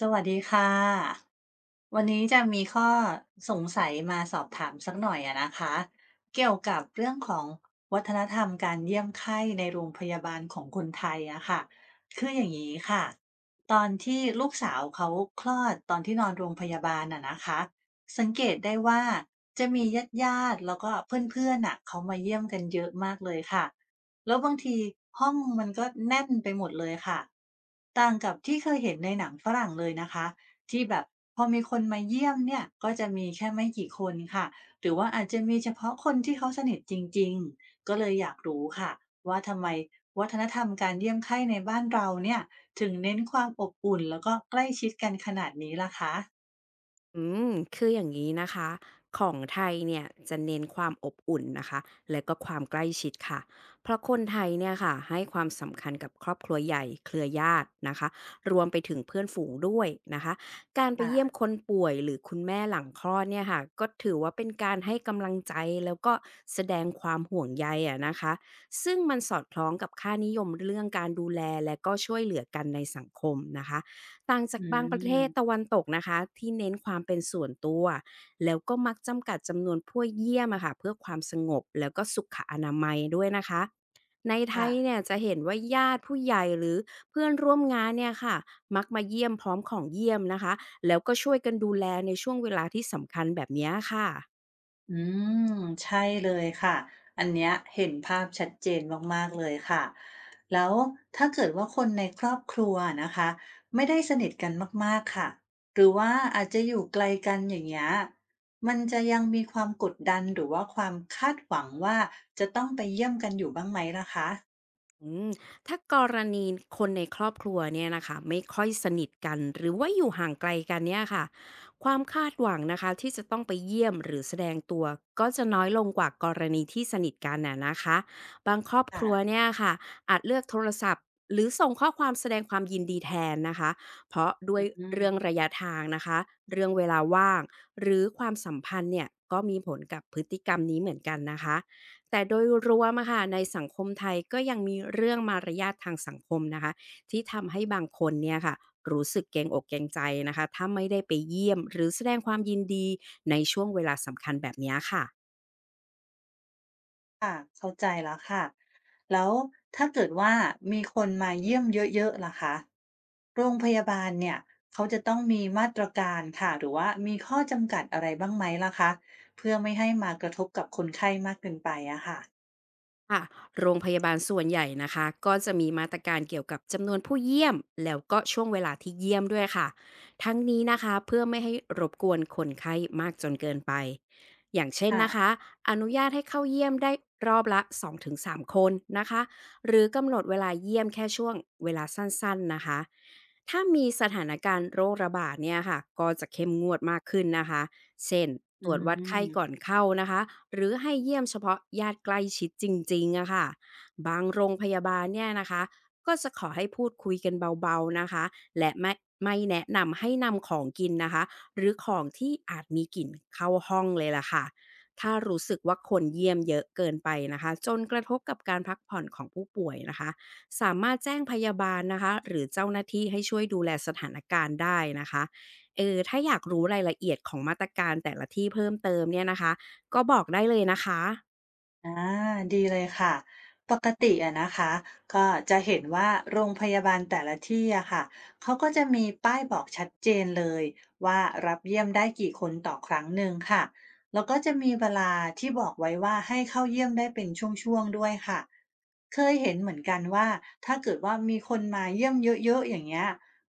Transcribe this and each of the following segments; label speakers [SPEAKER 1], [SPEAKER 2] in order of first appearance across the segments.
[SPEAKER 1] สวัสดีค่ะวันนี้จะมีข้อสงสัยมาสอบถามสักหน่อยอะนะคะเกี่ยวกับเรื่องของวัฒนธรรมการเยี่ยมไข้ในโรงพยาบาลของคนไทยอะค่ะคืออย่างนี้ค่ะตอนที่ลูกสาวเขาคลอดตอนที่นอนโรงพยาบาลอะนะคะสังเกตได้ว่าจะมีญาติแล้วก็เพื่อนๆน่ะเขามาเยี่ยมกันเยอะมากเลยค่ะ แล้วบางทีห้องมันก็แน่นไปหมดเลยค่ะต่างกับที่เคยเห็นในหนังฝรั่งเลยนะคะที่แบบพอมีคนมาเยี่ยมเนี่ยก็จะมีแค่ไม่กี่คนค่ะหรือว่าอาจจะมีเฉพาะคนที่เขาสนิทจริงๆก็เลยอยากรู้ค่ะว่าทำไมวัฒนธรรมการเยี่ยมไข้ในบ้านเราเนี่ยถึงเน้นความอบอุ่นแล้วก็ใกล้ชิดกันขนาดนี้ล่ะคะ
[SPEAKER 2] อืมคืออย่างนี้นะคะของไทยเนี่ยจะเน้นความอบอุ่นนะคะและก็ความใกล้ชิดค่ะเพราะคนไทยเนี่ยค่ะให้ความสำคัญกับครอบครัวใหญ่เครือญาตินะคะรวมไปถึงเพื่อนฝูงด้วยนะคะการไป
[SPEAKER 1] ค่ะ
[SPEAKER 2] เยี่ยมคนป่วยหรือคุณแม่หลังคลอดเนี่ยค่ะก็ถือว่าเป็นการให้กำลังใจแล้วก็แสดงความห่วงใยอะนะคะซึ่งมันสอดคล้องกับค่านิยมเรื่องการดูแลและก็ช่วยเหลือกันในสังคมนะคะ ต่างจา
[SPEAKER 1] อื
[SPEAKER 2] กบางประเทศตะ
[SPEAKER 1] ม
[SPEAKER 2] วันตกนะคะที่เน้นความเป็นส่วนตัวแล้วก็มักจำกัดจำนวนผู้เยี่ยมอะค่ะเพื่อความสงบแล้วก็สุขอนามัยด้วยนะคะในไท
[SPEAKER 1] ค่ะ
[SPEAKER 2] ยเนี่ยจะเห็นว่าญาติผู้ใหญ่หรือเพื่อนร่วมงานเนี่ยค่ะมักมาเยี่ยมพร้อมของเยี่ยมนะคะแล้วก็ช่วยกันดูแลในช่วงเวลาที่สำคัญแบบเนี้ยค่ะ
[SPEAKER 1] อืมใช่เลยค่ะอันเนี้ยเห็นภาพชัดเจนมากๆเลยค่ะแล้วถ้าเกิดว่าคนในครอบครัวนะคะไม่ได้สนิทกันมากๆค่ะหรือว่าอาจจะอยู่ไกลกันอย่างเงี้ยมันจะยังมีความกดดันหรือว่าความคาดหวังว่าจะต้องไปเยี่ยมกันอยู่บ้างไหมล่ะคะ
[SPEAKER 2] อืมถ้ากรณีคนในครอบครัวเนี่ยนะคะไม่ค่อยสนิทกันหรือว่าอยู่ห่างไกลกันเนี่ยค่ะความคาดหวังนะคะที่จะต้องไปเยี่ยมหรือแสดงตัวก็จะน้อยลงกว่ากรณีที่สนิทกันน่ะนะคะบางครอบค
[SPEAKER 1] ค่ะ
[SPEAKER 2] รัวเนี่ยค่ะอาจเลือกโทรศัพท์หรือส่งข้อความแสดงความยินดีแทนนะคะเพราะด้วย
[SPEAKER 1] อืม
[SPEAKER 2] เรื่องระยะทางนะคะเรื่องเวลาว่างหรือความสัมพันธ์เนี่ยก็มีผลกับพฤติกรรมนี้เหมือนกันนะคะ แต่โดยรวมอะค่ะในสังคมไทยก็ยังมีเรื่องมารยาททางสังคมนะคะที่ทำให้บางคนเนี่ยค่ะรู้สึกเกรงอกเกรงใจนะคะถ้าไม่ได้ไปเยี่ยมหรือแสดงความยินดีในช่วงเวลาสำคัญแบบเนี้ยค่ะ
[SPEAKER 1] ค่ะเข้าใจแล้วค่ะแล้วถ้าเกิดว่ามีคนมาเยี่ยมเยอะๆล่ะคะโรงพยาบาลเนี่ยเขาจะต้องมีมาตรการค่ะหรือว่ามีข้อจำกัดอะไรบ้างไหมล่ะคะเพื่อไม่ให้มากระทบกับคนไข้มากเกินไปอะค่ะ
[SPEAKER 2] ค่ะโรงพยาบาลส่วนใหญ่นะคะก็จะมีมาตรการเกี่ยวกับจำนวนผู้เยี่ยมแล้วก็ช่วงเวลาที่เยี่ยมด้วยค่ะทั้งนี้นะคะเพื่อไม่ให้รบกวนคนไข้มากจนเกินไปอย่างเช่น
[SPEAKER 1] ค่ะ
[SPEAKER 2] นะคะอนุญาตให้เข้าเยี่ยมได้รอบละ2-3คนนะคะหรือกำหนดเวลาเยี่ยมแค่ช่วงเวลาสั้นๆนะคะถ้ามีสถานการณ์โรคระบาดเนี่ยค่ะก็จะเข้มงวดมากขึ้นนะคะ เช่น
[SPEAKER 1] อื
[SPEAKER 2] ตรวจวัดไข้ก่อ
[SPEAKER 1] ม
[SPEAKER 2] นเข้านะคะหรือให้เยี่ยมเฉพาะญาติใกล้ชิดจริงๆอะค่ะบางโรงพยาบาลเนี่ยนะคะก็จะขอให้พูดคุยกันเบาๆนะคะและไม่แนะนำให้นำของกินนะคะหรือของที่อาจมีกลิ่นเข้าห้องเลยล่ะค่ะถ้ารู้สึกว่าคนเยี่ยมเยอะเกินไปนะคะจนกระทบกับการพักผ่อนของผู้ป่วยนะคะสามารถแจ้งพยาบาลนะคะหรือเจ้าหน้าที่ให้ช่วยดูแลสถานการณ์ได้นะคะ ถ้าอยากรู้รายละเอียดของมาตรการแต่ละที่เพิ่มเติมเนี่ยนะคะ ก็บอกได้เลยนะคะ
[SPEAKER 1] อาดีเลยค่ะปกติอะนะคะก็จะเห็นว่าโรงพยาบาลแต่ละที่อะค่ะเขาก็จะมีป้ายบอกชัดเจนเลยว่ารับเยี่ยมได้กี่คนต่อครั้งหนึ่งค่ะแล้วก็จะมีเวลาที่บอกไว้ว่าให้เข้าเยี่ยมได้เป็นช่วงๆด้วยค่ะเคยเห็นเหมือนกันว่าถ้าเกิดว่ามีคนมาเยี่ยมเยอะๆอย่างเงี้ย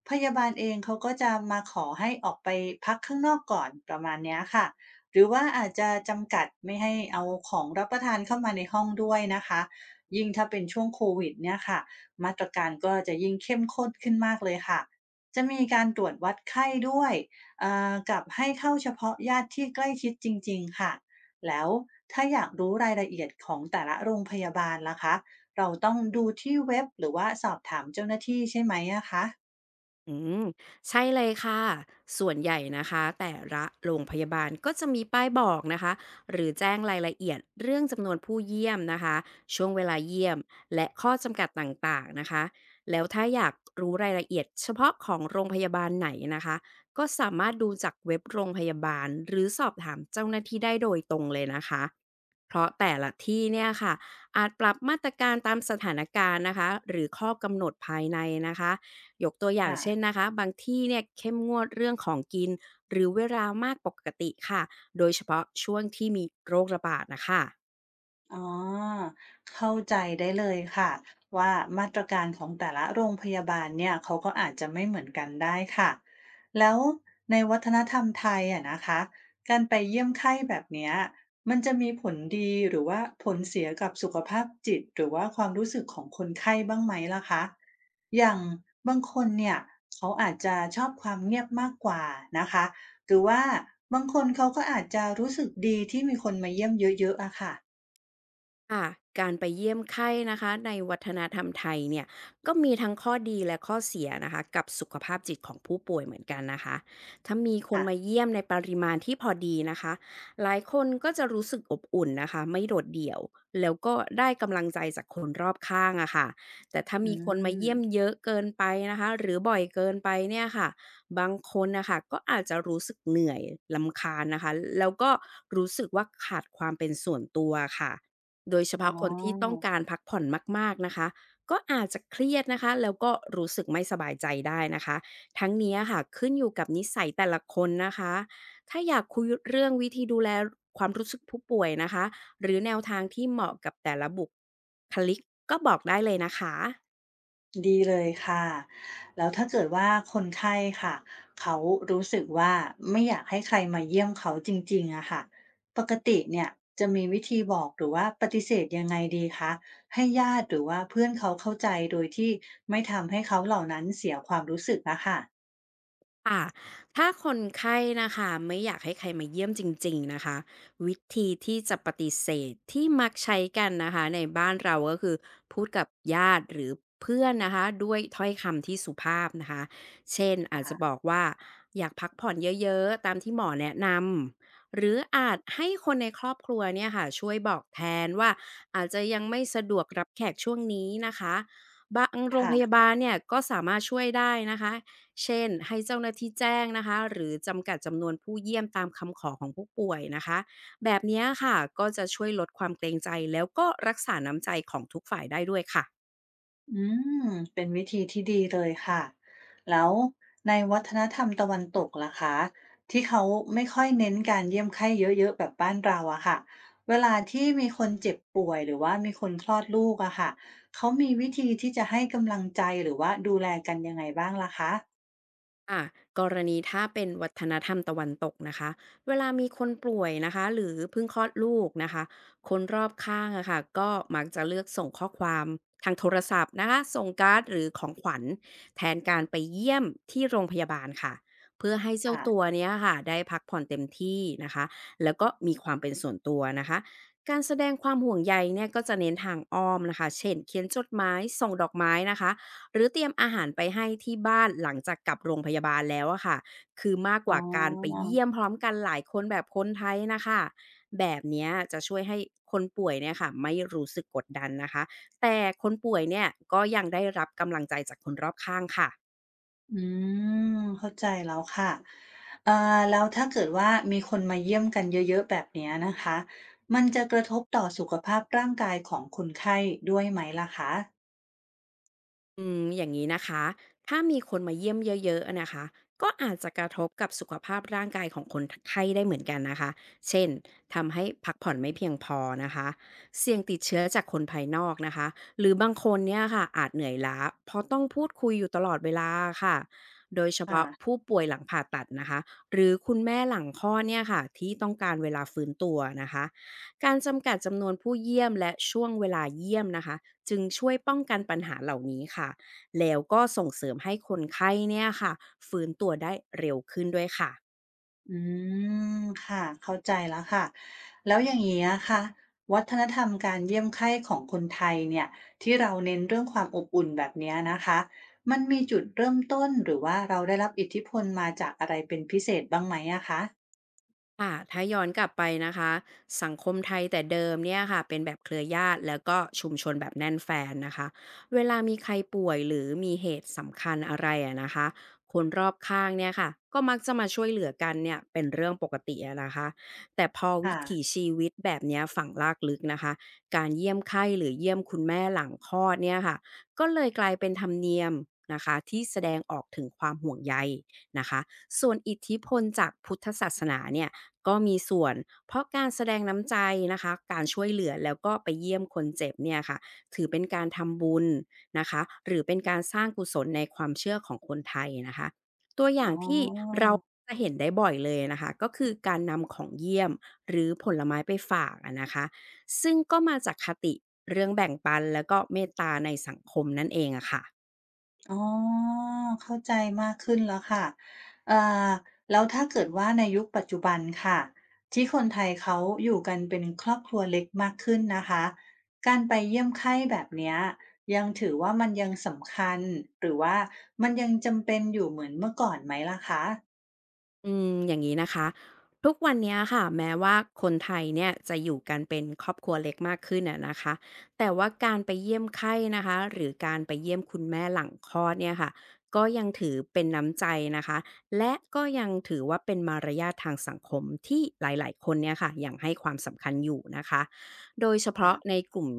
[SPEAKER 1] พยาบาลเองเขาก็จะมาขอให้ออกไปพักข้างนอกก่อนประมาณเนี้ยค่ะ หรือว่าอาจจะจำกัดไม่ให้เอาของรับประทานเข้ามาในห้องด้วยนะคะยิ่งถ้าเป็นช่วงโควิดเนี่ยค่ะมาตรการก็จะยิ่งเข้มข้นขึ้นมากเลยค่ะจะมีการตรวจวัดไข้ด้วยกับให้เข้าเฉพาะญาติที่ใกล้ชิดจริงๆค่ะแล้วถ้าอยากรู้รายละเอียดของแต่ละโรงพยาบาลล่ะคะเราต้องดูที่เว็บหรือว่าสอบถามเจ้าหน้าที่ใช่ไหมอะคะ
[SPEAKER 2] อืมใช่เลยค่ะส่วนใหญ่นะคะแต่ละโรงพยาบาลก็จะมีป้ายบอกนะคะหรือแจ้งรายละเอียดเรื่องจำนวนผู้เยี่ยมนะคะช่วงเวลาเยี่ยมและข้อจำกัดต่างๆนะคะแล้วถ้าอยากรู้รายละเอียดเฉพาะของโรงพยาบาลไหนนะคะก็สามารถดูจากเว็บโรงพยาบาลหรือสอบถามเจ้าหน้าที่ได้โดยตรงเลยนะคะเพราะแต่ละที่เนี่ยค่ะอาจปรับมาตรการตามสถานการณ์นะคะหรือข้อกำหนดภายในนะคะ ยกตัวอย่างเช่น
[SPEAKER 1] ค่ะ
[SPEAKER 2] นะคะบางที่เนี่ยเข้มงวดเรื่องของกินหรือเวลามากปกติค่ะโดยเฉพาะช่วงที่มีโรคระบาดนะคะ
[SPEAKER 1] อ๋อเข้าใจได้เลยค่ะว่ามาตรการของแต่ละโรงพยาบาลเนี่ยเขาก็อาจจะไม่เหมือนกันได้ค่ะแล้วในวัฒนธรรมไทยอะนะคะการไปเยี่ยมไข้แบบเนี้ยมันจะมีผลดีหรือว่าผลเสียกับสุขภาพจิตหรือว่าความรู้สึกของคนไข้บ้างไหมล่ะคะอย่างบางคนเนี่ยเขาอาจจะชอบความเงียบมากกว่านะคะหรือว่าบางคนเขาก็อาจจะรู้สึกดีที่มีคนมาเยี่ยมเยอะๆอะค่
[SPEAKER 2] ค่ะการไปเยี่ยมไข้นะคะในวัฒนธรรมไทยเนี่ยก็มีทั้งข้อดีและข้อเสียนะคะกับสุขภาพจิตของผู้ป่วยเหมือนกันนะคะถ้ามีคน
[SPEAKER 1] ะ
[SPEAKER 2] มาเยี่ยมในปริมาณที่พอดีนะคะหลายคนก็จะรู้สึกอบอุ่นนะคะไม่โดดเดี่ยวแล้วก็ได้กำลังใจจากคนรอบข้างอะค่ะแต่ถ้า
[SPEAKER 1] อื
[SPEAKER 2] มีคนมา
[SPEAKER 1] ม
[SPEAKER 2] เยี่ยมเยอะเกินไปนะคะหรือบ่อยเกินไปเนี่ยค่ะบางคนนะคะก็อาจจะรู้สึกเหนื่อยลำคาญนะคะแล้วก็รู้สึกว่าขาดความเป็นส่วนตัวค่ะ โดยเฉ
[SPEAKER 1] อ๋
[SPEAKER 2] พาะ
[SPEAKER 1] อ
[SPEAKER 2] คนที่ต้องการพักผ่อนมากๆนะคะก็อาจจะเครียดนะคะแล้วก็รู้สึกไม่สบายใจได้นะคะทั้งนี้อะค่ะขึ้นอยู่กับนิสัยแต่ละคนนะคะถ้าอยากคุยเรื่องวิธีดูแลความรู้สึกผู้ป่วยนะคะหรือแนวทางที่เหมาะกับแต่ละบุคลิกก็บอกได้เลยนะคะ
[SPEAKER 1] ดีเลยค่ะ แล้วถ้าเกิดว่าคนไข้ค่ะ เขารู้สึกว่าไม่อยากให้ใครมาเยี่ยมเขาจริงๆอะค่ะปกติเนี่ยจะมีวิธีบอกหรือว่าปฏิเสธยังไงดีคะ ให้ญาติหรือว่าเพื่อนเขาเข้าใจโดยที่ไม่ทำให้เขาเหล่านั้นเสียความรู้สึกอะค่ะ
[SPEAKER 2] ค่ะถ้าคนไข้นะคะไม่อยากให้ใครมาเยี่ยมจริงๆนะคะวิธีที่จะปฏิเสธที่มักใช้กันนะคะในบ้านเราก็คือพูดกับญาติหรือเพื่อนนะคะด้วยถ้อยคำที่สุภาพนะคะเช่นอาจจะบ
[SPEAKER 1] ค่ะ
[SPEAKER 2] อกว่าอยากพักผ่อนเยอะๆตามที่หมอแนะนำหรืออาจให้คนในครอบครัวเนี่ยค่ะช่วยบอกแทนว่าอาจจะยังไม่สะดวกรับแขกช่วงนี้นะคะบางโรงพยา
[SPEAKER 1] ค่ะ
[SPEAKER 2] บาลเนี่ยก็สามารถช่วยได้นะคะ เช่นให้เจ้าหน้าที่แจ้งนะคะหรือจำกัดจำนวนผู้เยี่ยมตามคำขอของผู้ป่วยนะคะแบบเนี้ยค่ะก็จะช่วยลดความเกรงใจแล้วก็รักษาน้ำใจของทุกฝ่ายได้ด้วยค่ะ
[SPEAKER 1] อืมเป็นวิธีที่ดีเลยค่ะแล้วในวัฒนธรรมตะวันตกล่ะคะที่เขาไม่ค่อยเน้นการเยี่ยมไข้เยอะๆแบบบ้านเราอะค่ะเวลาที่มีคนเจ็บป่วยหรือว่ามีคนคลอดลูกอะค่ะเขามีวิธีที่จะให้กำลังใจหรือว่าดูแลกันยังไงบ้างล่ะคะ
[SPEAKER 2] อ่ะกรณีถ้าเป็นวัฒนธรรมตะวันตกนะคะเวลามีคนป่วยนะคะหรือเพิ่งคลอดลูกนะคะคนรอบข้างอะค่ะก็มักจะเลือกส่งข้อความทางโทรศัพท์นะคะส่งการ์ดหรือของขวัญแทนการไปเยี่ยมที่โรงพยาบาลค่ะเพื่อให้เจ้าตัว
[SPEAKER 1] ค่ะ
[SPEAKER 2] เนี้ยค่ะได้พักผ่อนเต็มที่นะคะแล้วก็มีความเป็นส่วนตัวนะคะการแสดงความห่วงใยเนี่ยก็จะเน้นทางอ้อมนะคะเช่นเขียนจดหมายส่งดอกไม้นะคะ หรือเตรียมอาหารไปให้ที่บ้านหลังจากกลับโรงพยาบาลแล้วอะค่ะคือมากก
[SPEAKER 1] อ๋อ
[SPEAKER 2] ว่าการไปเยี่ยมพร้อมกันหลายคนแบบคนไทยนะคะแบบเนี้ยจะช่วยให้คนป่วยเนี่ยค่ะไม่รู้สึกกดดันนะคะแต่คนป่วยเนี่ยก็ยังได้รับกำลังใจจากคนรอบข้างค่ะ
[SPEAKER 1] อืมเข้าใจแล้วค่ะเอ่อแล้วถ้าเกิดว่ามีคนมาเยี่ยมกันเยอะๆแบบเนี้ยนะคะมันจะกระทบต่อสุขภาพร่างกายของคนไข้ด้วยไหมล่ะคะ
[SPEAKER 2] อืมอย่างนี้นะคะถ้ามีคนมาเยี่ยมเยอะๆนะคะก็อาจจะกระทบกับสุขภาพร่างกายของคนไข้ได้เหมือนกันนะคะเช่น ทำให้พักผ่อนไม่เพียงพอนะคะเสี่ยงติดเชื้อจากคนภายนอกนะคะหรือบางคนเนี่ยค่ะอาจเหนื่อยล้าเพราะต้องพูดคุยอยู่ตลอดเวลาค่ะโดยเฉพาะ
[SPEAKER 1] ค่ะ
[SPEAKER 2] ผู้ป่วยหลังผ่าตัดนะคะหรือคุณแม่หลังคลอดเนี่ยค่ะที่ต้องการเวลาฟื้นตัวนะคะการจำกัดจำนวนผู้เยี่ยมและช่วงเวลาเยี่ยมนะคะ จึงช่วยป้องกันปัญหาเหล่านี้ค่ะแล้วก็ส่งเสริมให้คนไข้เนี่ยค่ะฟื้นตัวได้เร็วขึ้นด้วยค่ะ
[SPEAKER 1] อืมค่ะเข้าใจแล้วค่ะแล้วอย่างนี้นะค่ะวัฒนธรรมการเยี่ยมไข้ของคนไทยเนี่ยที่เราเน้นเรื่องความอบอุ่นแบบเนี้ยนะคะมันมีจุดเริ่มต้นหรือว่าเราได้รับอิทธิพลมาจากอะไรเป็นพิเศษบ้างไหมอะคะ
[SPEAKER 2] ค่ะถ้าย้อนกลับไปนะคะสังคมไทยแต่เดิมเนี่ยค่ะเป็นแบบเครือญาติแล้วก็ชุมชนแบบแน่นแฟนนะคะเวลามีใครป่วยหรือมีเหตุสำคัญอะไรอะนะคะคนรอบข้างเนี่ยค่ะก็มักจะมาช่วยเหลือกันเนี่ยเป็นเรื่องปกติอะนะคะแต่พอวิ
[SPEAKER 1] ค่ะ
[SPEAKER 2] ถีชีวิตแบบเนี้ยฝังลากลึกนะคะการเยี่ยมไข้หรือเยี่ยมคุณแม่หลังคลอดเนี่ยค่ะก็เลยกลายเป็นธรรมเนียมนะคะที่แสดงออกถึงความห่วงใยนะคะส่วนอิทธิพลจากพุทธศาสนาเนี่ย ก็มีส่วนเพราะการแสดงน้ำใจนะคะการช่วยเหลือแล้วก็ไปเยี่ยมคนเจ็บเนี่ยค่ะถือเป็นการทำบุญนะคะหรือเป็นการสร้างกุศลในความเชื่อของคนไทยนะคะตัวอย่า
[SPEAKER 1] อ๋
[SPEAKER 2] ง
[SPEAKER 1] อ
[SPEAKER 2] ที่เราจะเห็นได้บ่อยเลยนะคะก็คือการนำของเยี่ยมหรือผลไม้ไปฝากอะนะคะซึ่งก็มาจากคติเรื่องแบ่งปันแล้วก็เมตตาในสังคมนั่นเองอะค่ะ
[SPEAKER 1] อ๋อ เข้าใจมากขึ้นแล้วค่ะเอ่อแล้วถ้าเกิดว่าในยุคปัจจุบันค่ะที่คนไทยเขาอยู่กันเป็นครอบครัวเล็กมากขึ้นนะคะ การไปเยี่ยมไข้แบบเนี้ยยังถือว่ามันยังสำคัญหรือว่ามันยังจำเป็นอยู่เหมือนเมื่อก่อนไหมล่ะคะ
[SPEAKER 2] อืมอย่างงี้นะคะทุกวันเนี้ยค่ะแม้ว่าคนไทยเนี่ยจะอยู่กันเป็นครอบครัวเล็กมากขึ้นอะนะคะแต่ว่าการไปเยี่ยมไข้นะคะหรือการไปเยี่ยมคุณแม่หลังคลอดเนี่ยค่ะก็ยังถือเป็นน้ำใจนะคะและก็ยังถือว่าเป็นมารยาททางสังคมที่หลายๆคนเนี่ยค่ะยังให้ความสำคัญอยู่นะคะโดยเฉพาะใน
[SPEAKER 1] ค่ะ
[SPEAKER 2] กลุ่ม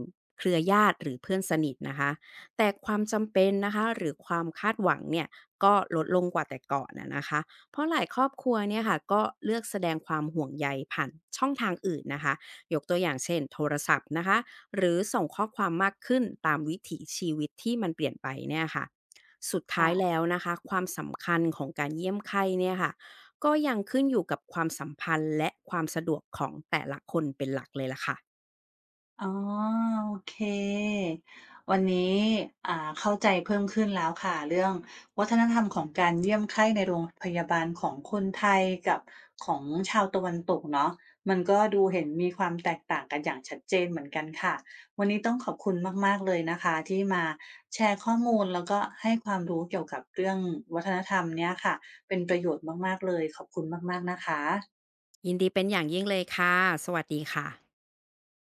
[SPEAKER 2] เครือญาติหรือเพื่อนสนิทนะคะแต่ความจำเป็นนะคะหรือความคาดหวังเนี่ยก็ลดลงกว่าแต่ก่อนอะนะคะ เพราะหลายครอบครัวเนี่ยค่ะก็เลือกแสดงความห่วงใยผ่านช่องทางอื่นนะคะยกตัวอย่างเช่นโทรศัพท์นะคะหรือส่งข้อความมากขึ้นตามวิถีชีวิตที่มันเปลี่ยนไปเนี่ยค่ะสุดท้า
[SPEAKER 1] ค่ะ
[SPEAKER 2] ยแล้วนะคะความสำคัญของการเยี่ยมไข้เนี่ยค่ะก็ยังขึ้นอยู่กับความสัมพันธ์และความสะดวกของแต่ละคนเป็นหลักเลยล่ะค่ะ
[SPEAKER 1] อ๋อโอเควันนี้อ่าเข้าใจเพิ่มขึ้นแล้วค่ะเรื่องวัฒนธรรมของการเยี่ยมไข้ในโรงพยาบาลของคนไทยกับของชาวตะวันตกเนาะมันก็ดูเห็นมีความแตกต่างกันอย่างชัดเจนเหมือนกันค่ะวันนี้ต้องขอบคุณมากๆเลยนะคะที่มาแชร์ข้อมูลแล้วก็ให้ความรู้เกี่ยวกับเรื่องวัฒนธรรมเนี่ยค่ะเป็นประโยชน์มากๆเลยขอบคุณมากๆนะคะ
[SPEAKER 2] ยินดีเป็นอย่างยิ่งเลยค่ะสวัสดีค่ะ